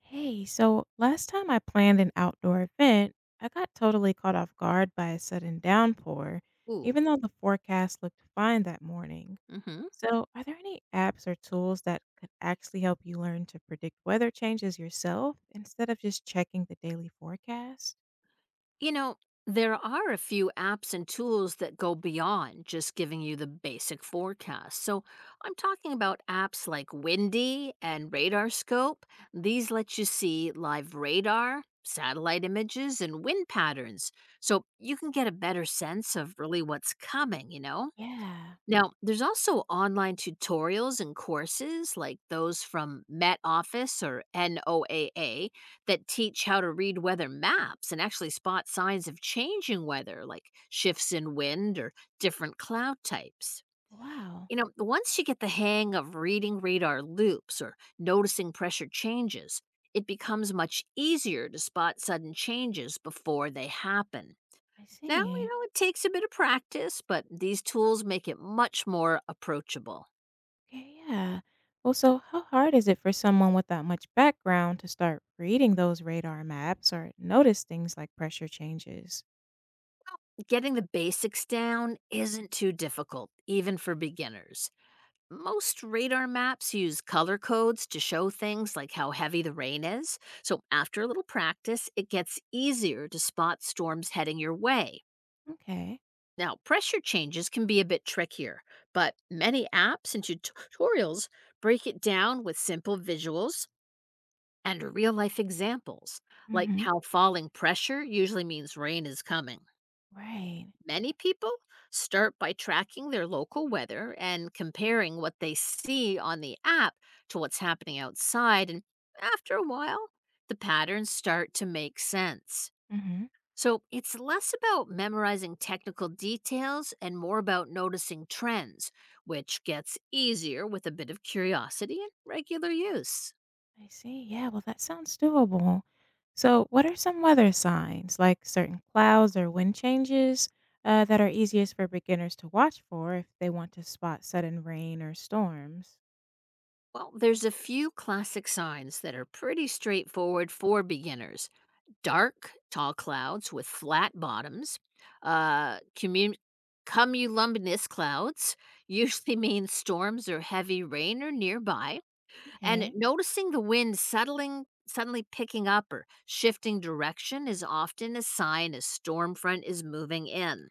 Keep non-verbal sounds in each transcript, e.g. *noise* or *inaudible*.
Hey, so last time I planned an outdoor event, I got totally caught off guard by a sudden downpour, Ooh. even though the forecast looked fine that morning. Hmm. So, are there any apps or tools that could actually help you learn to predict weather changes yourself instead of just checking the daily forecast? You know, there are a few apps and tools that go beyond just giving you the basic forecast. So I'm talking about apps like Windy and Radar Scope. These let you see live radar, satellite images, and wind patterns. So you can get a better sense of really what's coming, you know? Yeah. Now, there's also online tutorials and courses like those from Met Office or NOAA that teach how to read weather maps and actually spot signs of changing weather like shifts in wind or different cloud types. Wow. You know, once you get the hang of reading radar loops or noticing pressure changes, it becomes much easier to spot sudden changes before they happen. I Now, you see. know, it takes a bit of practice, but these tools make it much more approachable. Okay, yeah. Well, so how hard is it for someone without much background to start reading those radar maps or notice things like pressure changes? Getting the basics down isn't too difficult, even for beginners. Most radar maps use color codes to show things like how heavy the rain is, so after a little practice, it gets easier to spot storms heading your way. Okay. Now, pressure changes can be a bit trickier, but many apps and tutorials break it down with simple visuals and real life examples, like Mhm. how falling pressure usually means rain is coming. Right. Many people start by tracking their local weather and comparing what they see on the app to what's happening outside. And after a while, the patterns start to make sense. Mhm. So it's less about memorizing technical details and more about noticing trends, which gets easier with a bit of curiosity and regular use. I see. Yeah, well that sounds doable. So, what are some weather signs like certain clouds or wind changes that are easiest for beginners to watch for if they want to spot sudden rain or storms? Well, there's a few classic signs that are pretty straightforward for beginners. Dark, tall clouds with flat bottoms, uh, commun- cumulumbinous clouds *laughs* usually means storms or heavy rain are nearby. And Okay. noticing the wind settling, suddenly picking up or shifting direction is often a sign a storm front is moving in.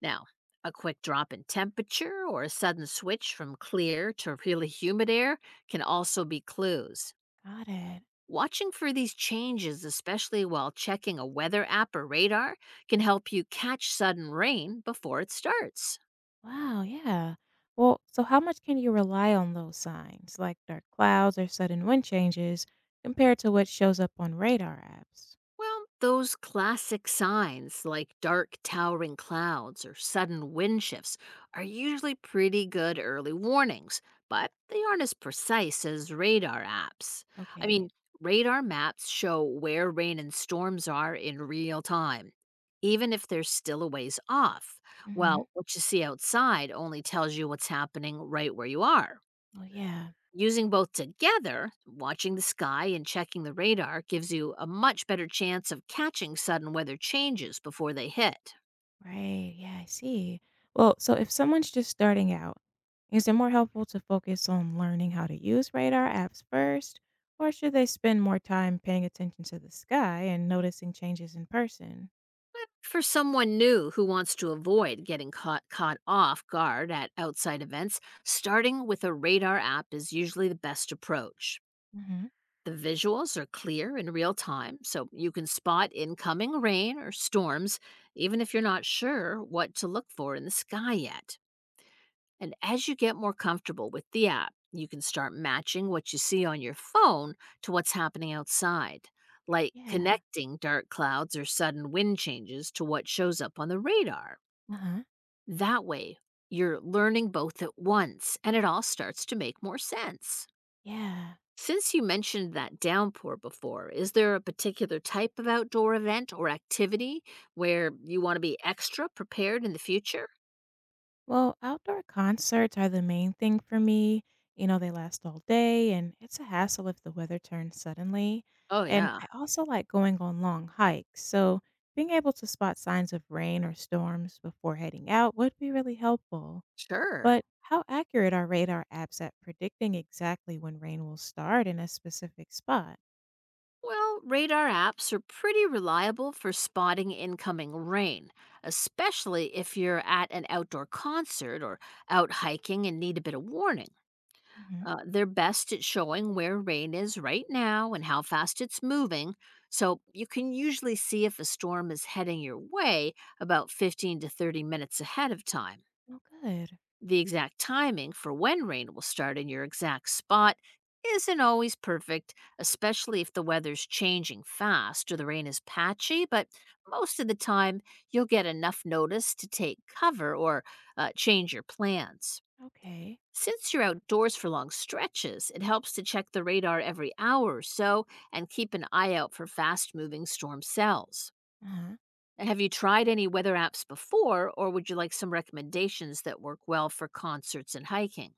Now, a quick drop in temperature or a sudden switch from clear to really humid air can also be clues. Got it. Watching for these changes, especially while checking a weather app or radar, can help you catch sudden rain before it starts. Wow, yeah. Well, so how much can you rely on those signs like dark clouds or sudden wind changes compared to what shows up on radar apps? Well, those classic signs like dark towering clouds or sudden wind shifts are usually pretty good early warnings, but they aren't as precise as radar apps. I mean, Okay. radar maps show where rain and storms are in real time, even if they're still a ways off. Mhm. Well, what you see outside only tells you what's happening right where you are. Well, yeah. Using both together, watching the sky and checking the radar, gives you a much better chance of catching sudden weather changes before they hit. Right. Yeah, I see. Well, so if someone's just starting out, is it more helpful to focus on learning how to use radar apps first, or should they spend more time paying attention to the sky and noticing changes in person? For someone new who wants to avoid getting caught off guard at outside events, starting with a radar app is usually the best approach. Hmm. The visuals are clear in real time, so you can spot incoming rain or storms even if you're not sure what to look for in the sky yet. And as you get more comfortable with the app, you can start matching what you see on your phone to what's happening outside, like Yeah. connecting dark clouds or sudden wind changes to what shows up on the radar. Uh huh. That way, you're learning both at once and it all starts to make more sense. Yeah. Since you mentioned that downpour before, is there a particular type of outdoor event or activity where you want to be extra prepared in the future? Well, outdoor concerts are the main thing for me. You know, they last all day, and it's a hassle if the weather turns suddenly. Oh, And yeah, I also like going on long hikes, so being able to spot signs of rain or storms before heading out would be really helpful. sure. But how accurate are radar apps at predicting exactly when rain will start in a specific spot? Well, radar apps are pretty reliable for spotting incoming rain, especially if you're at an outdoor concert or out hiking and need a bit of warning. Hmm. They're best at showing where rain is right now and how fast it's moving, so you can usually see if a storm is heading your way about 15 to 30 minutes ahead of time. Oh, good. The exact timing for when rain will start in your exact spot isn't always perfect, especially if the weather's changing fast or the rain is patchy, but most of the time you'll get enough notice to take cover or change your plans. Okay. Since you're outdoors for long stretches, it helps to check the radar every hour or so and keep an eye out for fast moving storm cells. Uh-huh. And have you tried any weather apps before, or would you like some recommendations that work well for concerts and hiking?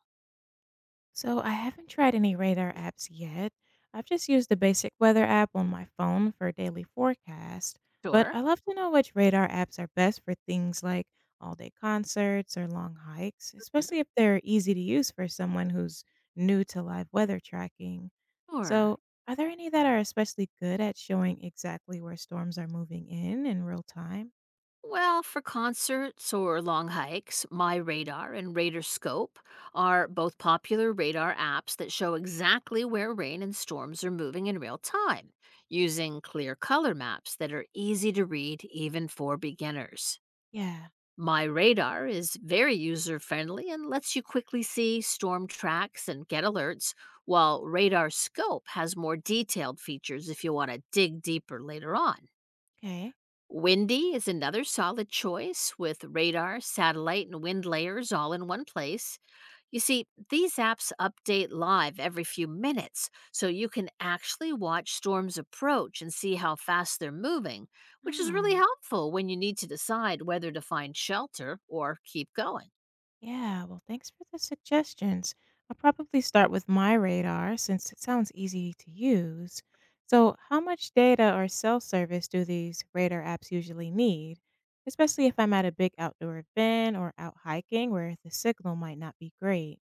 So I haven't tried any radar apps yet. I've just used the basic weather app on my phone for daily forecast, but Sure. I love to know which radar apps are best for things like all day concerts or long hikes, Mhm. especially if they're easy to use for someone who's new to live weather tracking. Sure. So, are there any that are especially good at showing exactly where storms are moving in real time? Well, for concerts or long hikes, My Radar and Radar Scope are both popular radar apps that show exactly where rain and storms are moving in real time, using clear color maps that are easy to read even for beginners. Yeah. My Radar is very user friendly and lets you quickly see storm tracks and get alerts, while Radar Scope has more detailed features if you want to dig deeper later on. Okay. Windy is another solid choice with radar, satellite, and wind layers all in one place. You see, these apps update live every few minutes, so you can actually watch storms approach and see how fast they're moving, which is really Oh. helpful when you need to decide whether to find shelter or keep going. Yeah, well, thanks for the suggestions. I'll probably start with my radar since it sounds easy to use. So, how much data or cell service do these radar apps usually need, especially if I'm at a big outdoor event or out hiking where the signal might not be great?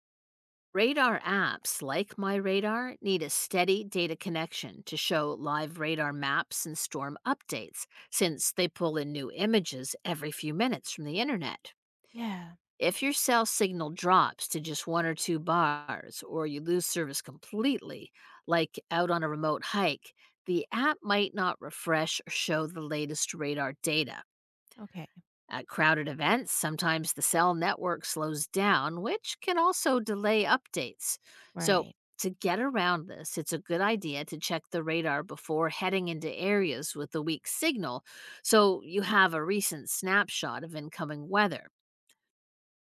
Radar apps like MyRadar need a steady data connection to show live radar maps and storm updates, since they pull in new images every few minutes from the internet. Yeah, If your cell signal drops to just one or two bars, or you lose service completely, like out on a remote hike, the app might not refresh or show the latest radar data. okay, At crowded events, sometimes the cell network slows down, which can also delay updates. So, right. to get around this, it's a good idea to check the radar before heading into areas with a weak signal so you have a recent snapshot of incoming weather.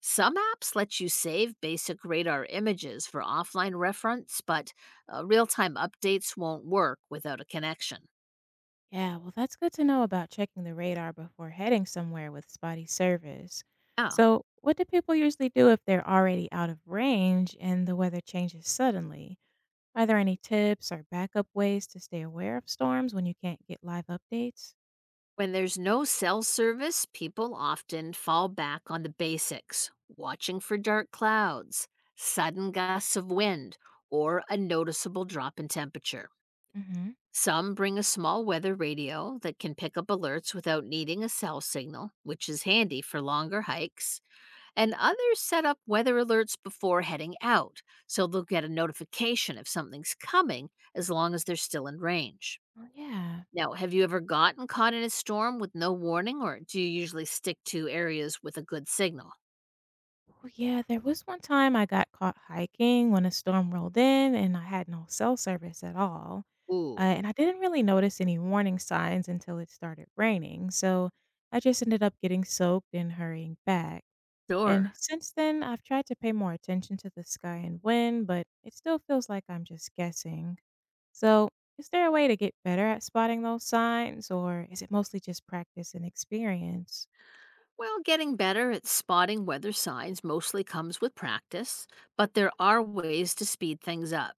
Some apps let you save basic radar images for offline reference, but real time updates won't work without a connection. Yeah, well, that's good to know about checking the radar before heading somewhere with spotty service. Yeah. So, what do people usually do if they're already out of range and the weather changes suddenly? Are there any tips or backup ways to stay aware of storms when you can't get live updates? When there's no cell service, people often fall back on the basics watching for dark clouds, sudden gusts of wind, or a noticeable drop in temperature. Hmm. Some bring a small weather radio that can pick up alerts without needing a cell signal, which is handy for longer hikes. And others set up weather alerts before heading out, so they'll get a notification if something's coming as long as they're still in range. Oh, yeah. Now, have you ever gotten caught in a storm with no warning, or do you usually stick to areas with a good signal? Oh, yeah. There was one time I got caught hiking when a storm rolled in and I had no cell service at all. Ooh, And I didn't really notice any warning signs until it started raining. So I just ended up getting soaked and hurrying back. sure. And since then, I've tried to pay more attention to the sky and wind, but it still feels like I'm just guessing. So, is there a way to get better at spotting those signs, or is it mostly just practice and experience? Well, getting better at spotting weather signs mostly comes with practice, but there are ways to speed things up.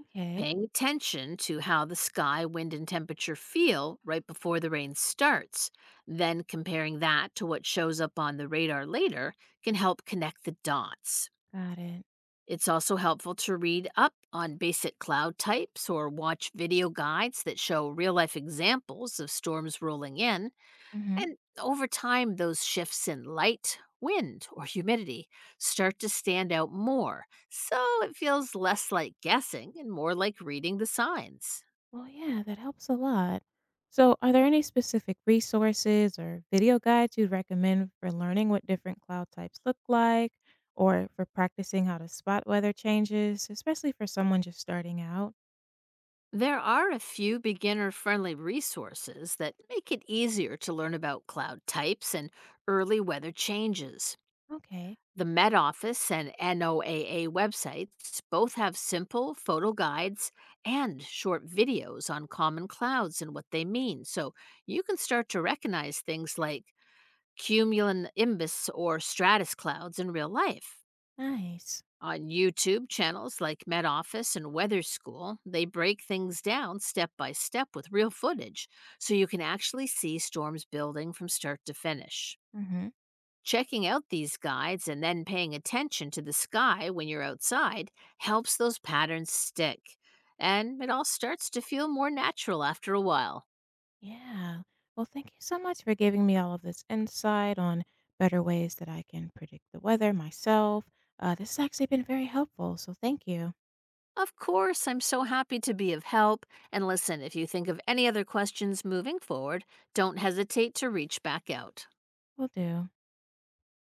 Okay, Paying attention to how the sky, wind, and temperature feel right before the rain starts, then comparing that to what shows up on the radar later can help connect the dots. got it. It's also helpful to read up on basic cloud types or watch video guides that show real life examples of storms rolling in. Hmm. And over time, those shifts in light, wind, or humidity start to stand out more. So it feels less like guessing and more like reading the signs. Well, yeah, that helps a lot. So, are there any specific resources or video guides you'd recommend for learning what different cloud types look like, or for practicing how to spot weather changes, especially for someone just starting out? There are a few beginner friendly resources that make it easier to learn about cloud types and early weather changes. Okay, The Met Office and NOAA websites both have simple photo guides and short videos on common clouds and what they mean, so you can start to recognize things like cumulonimbus or stratus clouds in real life. nice. On YouTube channels like Met Office and Weather School, they break things down step by step with real footage, so you can actually see storms building from start to finish. Hmm. Checking out these guides and then paying attention to the sky when you're outside helps those patterns stick, and it all starts to feel more natural after a while. Yeah. Well, thank you so much for giving me all of this insight on better ways that I can predict the weather myself. This has actually been very helpful. So thank you. Of course, I'm so happy to be of help. And listen, if you think of any other questions moving forward, don't hesitate to reach back out. Will do.